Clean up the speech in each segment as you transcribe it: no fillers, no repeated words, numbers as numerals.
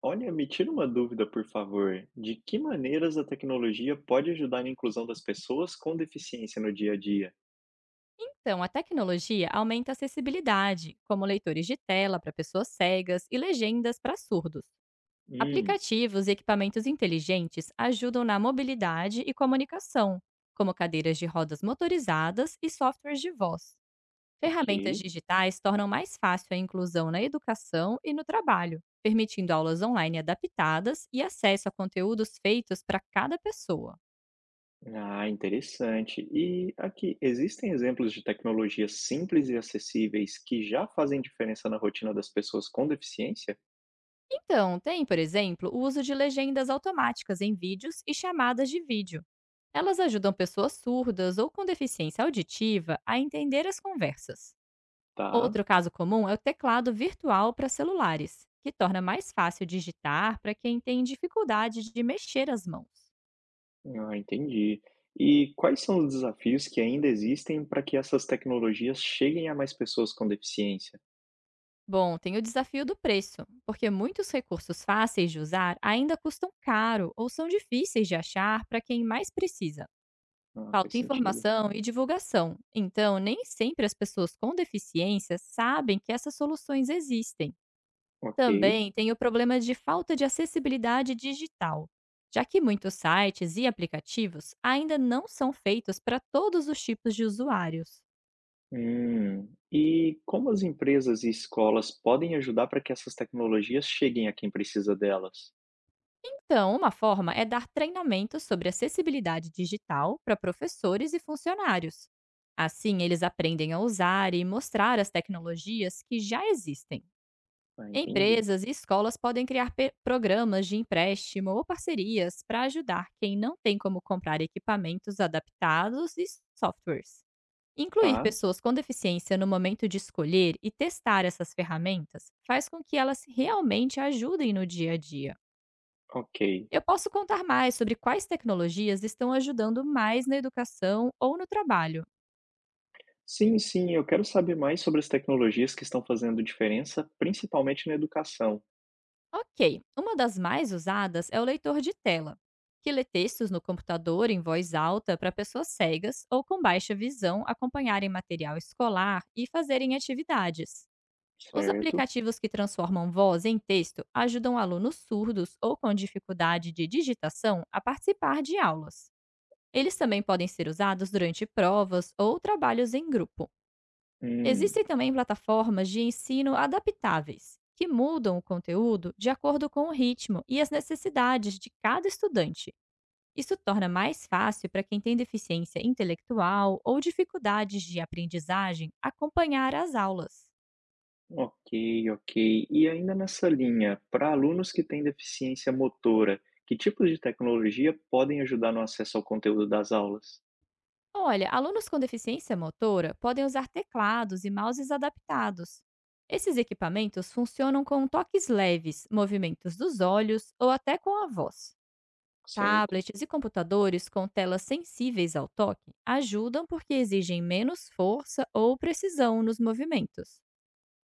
Olha, me tira uma dúvida, por favor. De que maneiras a tecnologia pode ajudar na inclusão das pessoas com deficiência no dia a dia? Então, a tecnologia aumenta a acessibilidade, como leitores de tela para pessoas cegas e legendas para surdos. Hum, Aplicativos e equipamentos inteligentes ajudam na mobilidade e comunicação, como cadeiras de rodas motorizadas e softwares de voz. ok. Ferramentas digitais tornam mais fácil a inclusão na educação e no trabalho, permitindo aulas online adaptadas e acesso a conteúdos feitos para cada pessoa. Ah, interessante. E aqui, existem exemplos de tecnologias simples e acessíveis que já fazem diferença na rotina das pessoas com deficiência? Então, tem, por exemplo, o uso de legendas automáticas em vídeos e chamadas de vídeo. Elas ajudam pessoas surdas ou com deficiência auditiva a entender as conversas. Tá. Outro caso comum é o teclado virtual para celulares, que torna mais fácil digitar para quem tem dificuldade de mexer as mãos. Ah, entendi. E quais são os desafios que ainda existem para que essas tecnologias cheguem a mais pessoas com deficiência? Bom, tem o desafio do preço, porque muitos recursos fáceis de usar ainda custam caro ou são difíceis de achar para quem mais precisa. Ah, faz Falta sentido. informação e divulgação, então nem sempre as pessoas com deficiência sabem que essas soluções existem. Ok. Também tem o problema de falta de acessibilidade digital, já que muitos sites e aplicativos ainda não são feitos para todos os tipos de usuários. Hum. E como as empresas e escolas podem ajudar para que essas tecnologias cheguem a quem precisa delas? Então, uma forma é dar treinamentos sobre acessibilidade digital para professores e funcionários. Assim, eles aprendem a usar e mostrar as tecnologias que já existem. Ah, entendi. Empresas e escolas podem criar programas de empréstimo ou parcerias para ajudar quem não tem como comprar equipamentos adaptados e softwares. Incluir Tá, pessoas com deficiência no momento de escolher e testar essas ferramentas faz com que elas realmente ajudem no dia a dia. ok. Eu posso contar mais sobre quais tecnologias estão ajudando mais na educação ou no trabalho. Sim, sim, eu quero saber mais sobre as tecnologias que estão fazendo diferença, principalmente na educação, Ok, uma das mais usadas é o leitor de tela, que lê textos no computador em voz alta para pessoas cegas ou com baixa visão acompanharem material escolar e fazerem atividades. Os certo? aplicativos que transformam voz em texto ajudam alunos surdos ou com dificuldade de digitação a participar de aulas. Eles também podem ser usados durante provas ou trabalhos em grupo. Hum, Existem também plataformas de ensino adaptáveis, que mudam o conteúdo de acordo com o ritmo e as necessidades de cada estudante. Isso torna mais fácil para quem tem deficiência intelectual ou dificuldades de aprendizagem acompanhar as aulas. ok, ok. E ainda nessa linha, para alunos que têm deficiência motora, que tipos de tecnologia podem ajudar no acesso ao conteúdo das aulas? Olha, alunos com deficiência motora podem usar teclados e mouses adaptados. Esses equipamentos funcionam com toques leves, movimentos dos olhos ou até com a voz. Certo, Tablets e computadores com telas sensíveis ao toque ajudam porque exigem menos força ou precisão nos movimentos.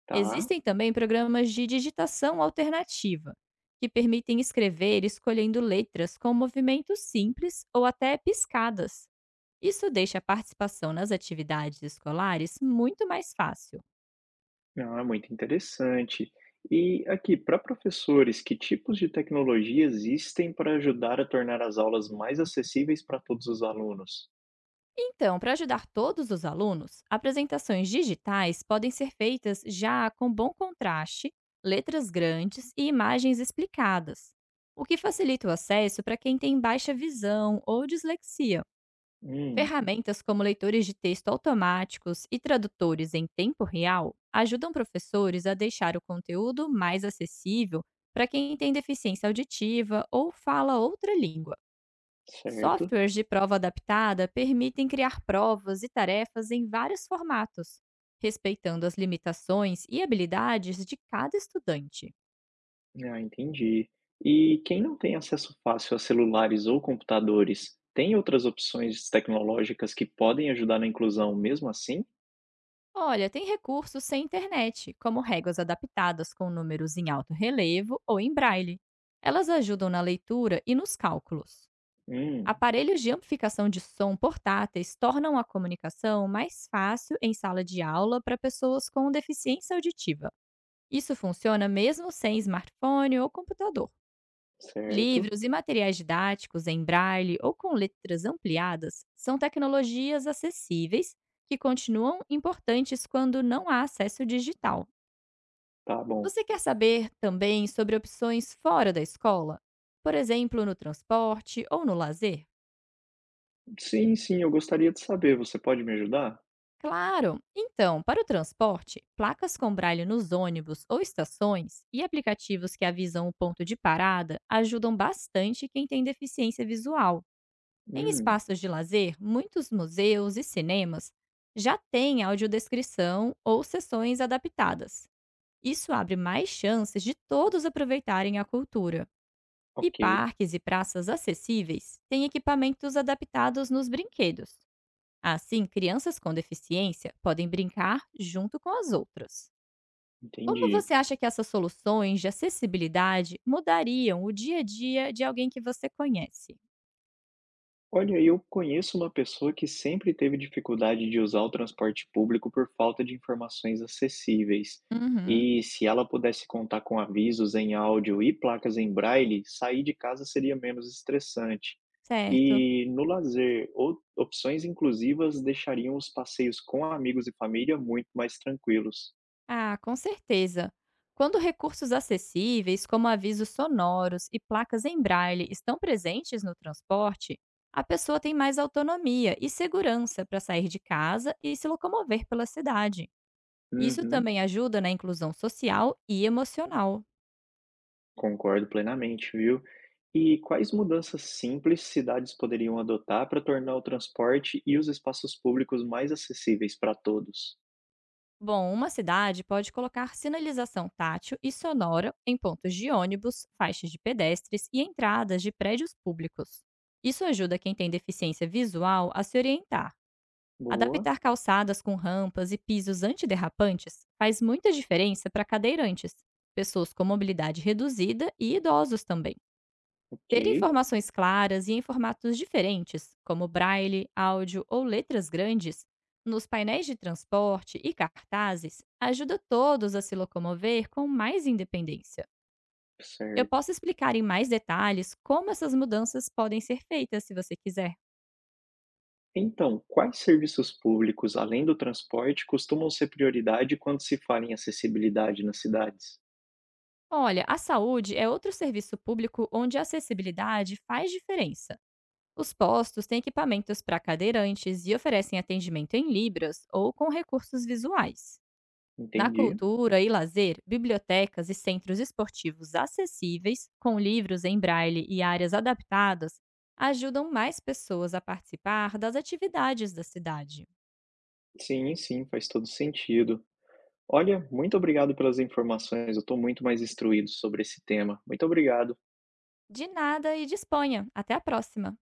tá. Existem também programas de digitação alternativa, que permitem escrever escolhendo letras com movimentos simples ou até piscadas. Isso deixa a participação nas atividades escolares muito mais fácil. Ah, muito interessante. E aqui, para professores, que tipos de tecnologia existem para ajudar a tornar as aulas mais acessíveis para todos os alunos? Então, para ajudar todos os alunos, apresentações digitais podem ser feitas já com bom contraste, letras grandes e imagens explicadas, o que facilita o acesso para quem tem baixa visão ou dislexia. Hum, Ferramentas como leitores de texto automáticos e tradutores em tempo real ajudam professores a deixar o conteúdo mais acessível para quem tem deficiência auditiva ou fala outra língua. certo. Softwares de prova adaptada permitem criar provas e tarefas em vários formatos, respeitando as limitações e habilidades de cada estudante. Ah, entendi. E quem não tem acesso fácil a celulares ou computadores, tem outras opções tecnológicas que podem ajudar na inclusão mesmo assim? Olha, tem recursos sem internet, como réguas adaptadas com números em alto relevo ou em braille. Elas ajudam na leitura e nos cálculos. Hum, Aparelhos de amplificação de som portáteis tornam a comunicação mais fácil em sala de aula para pessoas com deficiência auditiva. Isso funciona mesmo sem smartphone ou computador. certo. Livros e materiais didáticos em braille ou com letras ampliadas são tecnologias acessíveis que continuam importantes quando não há acesso digital. Tá bom. Você quer saber também sobre opções fora da escola? Por exemplo, no transporte ou no lazer? Sim, sim, eu gostaria de saber. Você pode me ajudar? Claro! Então, para o transporte, placas com braille nos ônibus ou estações e aplicativos que avisam o ponto de parada ajudam bastante quem tem deficiência visual. Em Hum, espaços de lazer, muitos museus e cinemas já têm audiodescrição ou sessões adaptadas. Isso abre mais chances de todos aproveitarem a cultura. E ok, parques e praças acessíveis têm equipamentos adaptados nos brinquedos. Assim, crianças com deficiência podem brincar junto com as outras. Como entendi. você acha que essas soluções de acessibilidade mudariam o dia a dia de alguém que você conhece? Olha, eu conheço uma pessoa que sempre teve dificuldade de usar o transporte público por falta de informações acessíveis. Uhum, E se ela pudesse contar com avisos em áudio e placas em braille, sair de casa seria menos estressante. certo. E no lazer, opções inclusivas deixariam os passeios com amigos e família muito mais tranquilos. Ah, com certeza. Quando recursos acessíveis, como avisos sonoros e placas em braille, estão presentes no transporte, a pessoa tem mais autonomia e segurança para sair de casa e se locomover pela cidade. Isso Uhum. também ajuda na inclusão social e emocional. Concordo plenamente, viu? E quais mudanças simples cidades poderiam adotar para tornar o transporte e os espaços públicos mais acessíveis para todos? Bom, uma cidade pode colocar sinalização tátil e sonora em pontos de ônibus, faixas de pedestres e entradas de prédios públicos. Isso ajuda quem tem deficiência visual a se orientar. Boa, Adaptar calçadas com rampas e pisos antiderrapantes faz muita diferença para cadeirantes, pessoas com mobilidade reduzida e idosos também. ok, Ter informações claras e em formatos diferentes, como braille, áudio ou letras grandes, nos painéis de transporte e cartazes, ajuda todos a se locomover com mais independência. Eu certo. posso explicar em mais detalhes como essas mudanças podem ser feitas, se você quiser. Então, quais serviços públicos, além do transporte, costumam ser prioridade quando se fala em acessibilidade nas cidades? Olha, a saúde é outro serviço público onde a acessibilidade faz diferença. Os postos têm equipamentos para cadeirantes e oferecem atendimento em libras ou com recursos visuais. Na Entendi. cultura e lazer, bibliotecas e centros esportivos acessíveis, com livros em braille e áreas adaptadas, ajudam mais pessoas a participar das atividades da cidade. Sim, sim, faz todo sentido. Olha, muito obrigado pelas informações. Eu estou muito mais instruído sobre esse tema. Muito obrigado. De nada e disponha! Até a próxima!